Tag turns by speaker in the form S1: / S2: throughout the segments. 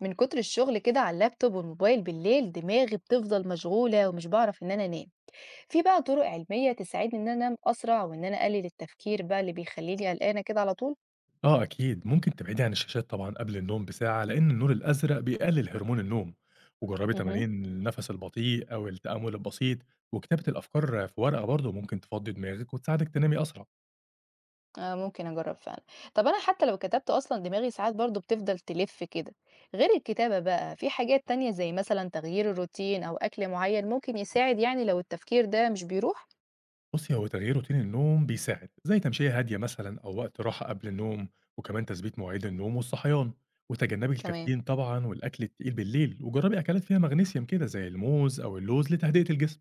S1: من كتر الشغل كده على اللابتوب والموبايل بالليل دماغي بتفضل مشغولة ومش بعرف ان انا انام. في بقى طرق علمية تساعدني ان انا انام اسرع وان انا اقلل التفكير بقى اللي بيخليني قلقانة كده على طول.
S2: آه أكيد، ممكن تبعدي عن الشاشات طبعًا قبل النوم بساعة، لإن النور الأزرق بيقلل هرمون النوم، وجربي
S1: امم.
S2: تمارين النفس البطيء أو التأمل البسيط، وكتابة الأفكار في ورقة برضه ممكن تفضي دماغك وتساعدك تنامي أسرع.
S1: آه، ممكن اجرب فعلا. طب انا حتى لو كتبت اصلا دماغي ساعات برضو بتفضل تلف كده. غير الكتابة بقى في حاجات تانية زي مثلا تغيير الروتين او اكل معين ممكن يساعد، لو التفكير ده مش بيروح.
S2: بُصّي، هو تغيير روتين النوم بيساعد، زي تمشية هادية مثلًا أو وقت راحة قبل النوم، وكمان تثبيت مواعيد النوم والصحيان، وتجنبي
S1: تمام.
S2: الكافيين طبعًا والأكل التقيل بالليل، وجربي أكلات فيها مغنيسيوم كده زي الموز أو اللوز لتهدئة الجسم.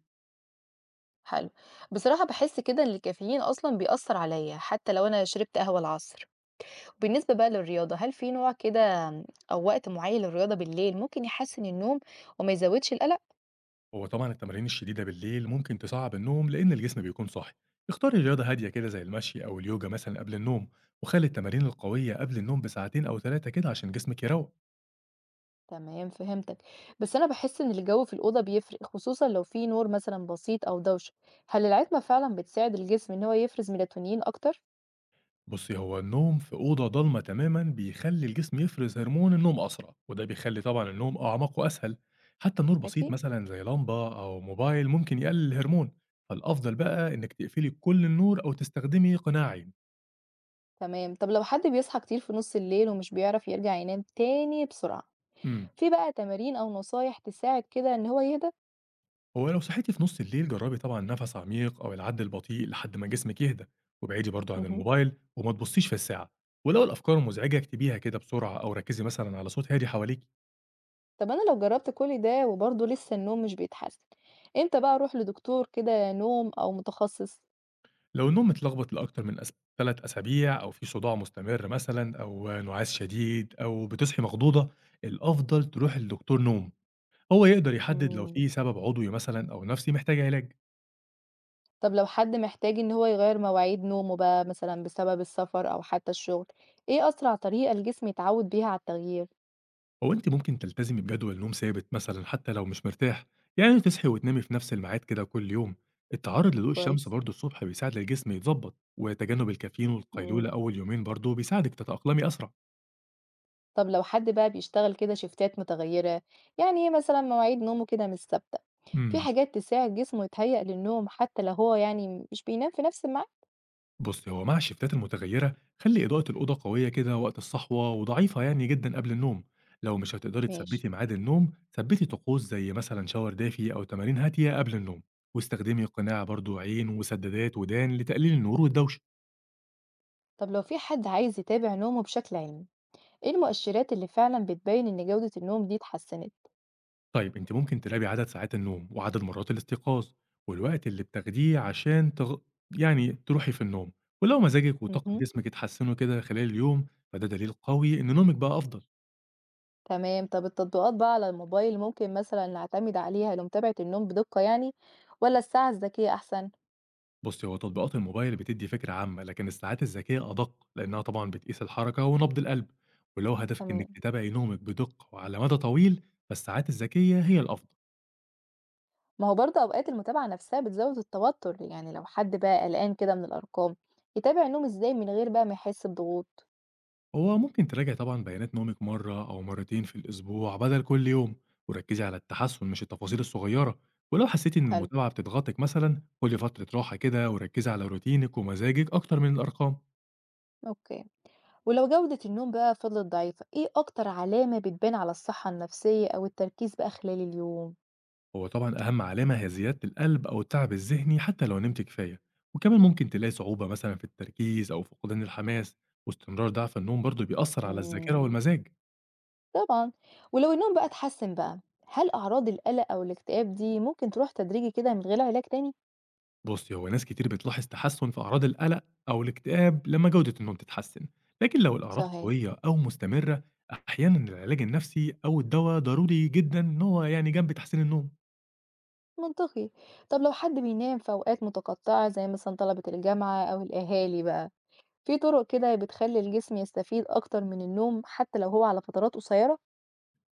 S1: حلو. بصراحة بحس كده ان الكافيين اصلا بيأثر عليا حتى لو انا شربت قهوة العصر. بالنسبة بقى للرياضة، هل في نوع كده أو وقت معيّن للرياضة بالليل ممكن يحسّن النوم وما يزوّدش القلق؟
S2: هو طبعًا التمارين الشديدة بالليل ممكن تصعّب النوم لأن الجسم بيكون صاحي، اختاري رياضة هادية كده زي المشي أو اليوجا مثلًا قبل النوم، وخلي التمارين القوية قبل النوم بساعتين أو 3 كده عشان جسمِك يروّق.
S1: تمام فهمتك. بس أنا باحس إن الجو في الأوضة بيفرق، خصوصًا لو في نور مثلًا بسيط أو دوشة، هل العتمة فعلًا بتساعد الجسم إن هو يفرز ميلاتونين أكتر؟
S2: بُصّي، هو النوم في أوضة ضلمة تمامًا بيخلّي الجسم يفرز هرمون النوم أسرع، وده بيخلّي طبعًا النوم أعمق وأسهل، حتى نور بسيط
S1: أكيد.
S2: مثلًا زي لمبة أو موبايل ممكن يقلل الهرمون، فالأفضل بقى إنِك تقفلي كل النور أو تستخدمي قناع عين.
S1: تمام، طب لو حد بيصحى كتير في نُص الليل ومش بيعرف يرجع ينام تاني بسرعة،
S2: إمم.
S1: في بقى تمارين أو نصايح تساعد كده إن هو يهدى؟
S2: هو لو صحيتي في نص الليل جربي طبعا نفس عميق أو العد البطيء لحد ما جسمك يهدى، وابعدي برضه عن
S1: اهم.
S2: الموبايل وما تبصيش في الساعة، ولو الأفكار مزعجة اكتبيها كده بسرعة أو ركزي مثلا على صوت هادي حواليك.
S1: طب أنا لو جربت كل ده وبرضه لسه النوم مش بيتحسن، إمتى بقى أروح لدكتور كده نوم أو متخصص؟
S2: لو النوم متلخبط لأكتر من 3 أسابيع أو في صداع مستمر مثلا أو نعاس شديد أو بتصحي مخضوضة، الأفضل تروحي لدكتور نوم، هو يقدر يحدد لو
S1: مم.
S2: في سبب عضوي مثلا أو نفسي محتاج علاج.
S1: طب لو حد محتاج إن هو يغير مواعيد نومه بقى مثلا بسبب السفر أو حتى الشغل، إيه أسرع طريقة الجسم يتعود بيها على التغيير؟
S2: هو أنتِ ممكن تلتزمي بجدول نوم ثابت مثلًا حتى لو مش مرتاح، يعني تصحي وتنامي في نفس الميعاد كده كل يوم، التعرض لضوء الشمس
S1: كويس.
S2: برضه الصبح بيساعد الجسم يتضبط، وتجنب الكافيين
S1: مم.
S2: والقيلولة أول يومين برضه بيساعدِك تتأقلمي أسرع.
S1: طب لو حد بقى بيشتغل كده شيفتات متغيرة، إيه مثلا مواعيد نومه كده مش ثابتة، في
S2: إمم،
S1: حاجات تساعد جسمه يتهيأ للنوم حتى لو هو مش بينام في نفس الميعاد؟
S2: بُصّي هو مع الشيفتات المتغيرة خلّي إضاءة الأوضة قوية كده وقت الصحوة وضعيفة يعني جدًا قبل النوم، لو مش هتقدري
S1: ماشي.
S2: تثبّتي ميعاد النوم ثبّتي طقوس زي مثلًا شاور دافي أو تمارين هادية قبل النوم، واستخدمي قناع برضه عين وسدادات ودان لتقليل النور والدوشة.
S1: طب لو في حد عايز يتابع نومه بشكل علمي، إيه المؤشرات اللي فعلًا بتبيّن إن جودة النوم دي اتحسنت؟
S2: طيب أنتِ ممكن تراقبي عدد ساعات النوم، وعدد مرات الاستيقاظ، والوقت اللي بتاخديه عشان يعني تروحي في النوم، ولو مزاجِك وطاقة
S1: اهم.
S2: جسمِك اتحسنوا كده خلال اليوم، فده دليل قوي إن نومِك بقى أفضل.
S1: تمام، طَب التطبيقات بقى على الموبايل ممكن مثلًا نعتمد عليها لمتابعة النوم بدقة، والّا الساعة الذكية أحسن؟
S2: بُصّي، هو تطبيقات الموبايل بتدّي فكرة عامة، لكن الساعات الذكية أدق، لأنها طبعًا بتقيس الحركة ونبض القلب، ولو هدفِك إنِك
S1: تمام،
S2: تتابعي نومِك بدقة وعلى مدى طويل، فالساعات الذكية هي الأفضل.
S1: ما هو برضه أوقات المتابعة نفسها بتزوّد التوتر، لو حد بقى قلقان كده من الأرقام، يتابع النوم إزاي من غير بقى ما يحس بضغوط؟
S2: هو ممكن تراجع طبعا بيانات نومك مرة أو مرتين في الأسبوع بدل كل يوم، وركزي على التحسن مش التفاصيل الصغيرة، ولو حسيتي إن
S1: حلو.
S2: المتابعة بتضغطك مثلا خدي فترة راحة كده وركزي على روتينك ومزاجك أكتر من الأرقام.
S1: أوكي. ولو جودة النوم بقى فضلت ضعيفة، إيه أكتر علامة بتبان على الصحة النفسية أو التركيز بقى خلال اليوم؟
S2: هو طبعا أهم علامة هي زيادة القلب أو التعب الذهني حتى لو نمت كفاية، وكمان ممكن تلاقي صعوبة مثلا في التركيز أو فقدان الحماس، واستمرار ضعف النوم برضه بيأثر على الذاكرة
S1: إمم.
S2: والمزاج.
S1: طبعًا. ولو النوم بقى اتحسن بقى، هل أعراض القلق أو الاكتئاب دي ممكن تروح تدريجي كده من غير علاج تاني؟
S2: بصي هو ناس كتير بتلاحظ تحسن في أعراض القلق أو الاكتئاب لما جودة النوم تتحسن، لكن لو الأعراض
S1: صحيح.
S2: قوية أو مستمرة أحيانا العلاج النفسي أو الدواء ضروري جدا إن هو يعني جنب تحسين النوم.
S1: منطقي. طب لو حد بينام في أوقات متقطعة زي مثلًا طلبة الجامعة أو الأهالي بقى، في طرق كده بتخلي الجسم يستفيد أكتر من النوم حتى لو هو على فترات قصيرة؟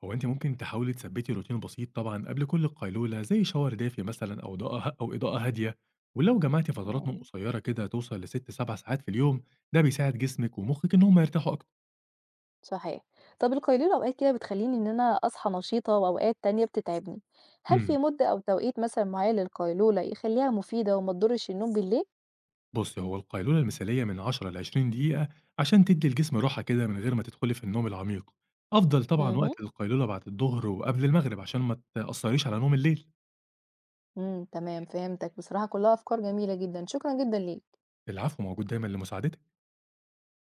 S2: هو أنت ممكن تحاولي تثبتي روتين بسيط طبعا قبل كل قيلولة زي شاور دافي مثلا أو إضاءة هادية، ولو جمعتي فترات نوم
S1: تمام.
S2: قصيرة كده توصل لست سبع ساعات في اليوم ده بيساعد جسمك ومخك إن هم يرتاحوا أكتر.
S1: صحيح. طب القيلولة أوقات كده بتخليني إن أنا أصحى نشيطة وأوقات تانية بتتعبني، هل في
S2: امم
S1: مدة أو توقيت مثلًا معين للقيلولة يخليها مفيدة وما تضرش النوم بالليل؟
S2: بص هو القيلولة المثالية من 10 ل 20 دقيقة عشان تدي الجسم راحة كده من غير ما تدخلي في النوم العميق، أفضل طبعا
S1: اهم.
S2: وقت القيلولة بعد الظهر وقبل المغرب عشان ما تأثريش على نوم الليل.
S1: إمم، تمام فهمتك، بصراحة كلّها أفكار جميلة جدًا، شكرًا جدًا ليك.
S2: العفو موجود دايما لمساعدتك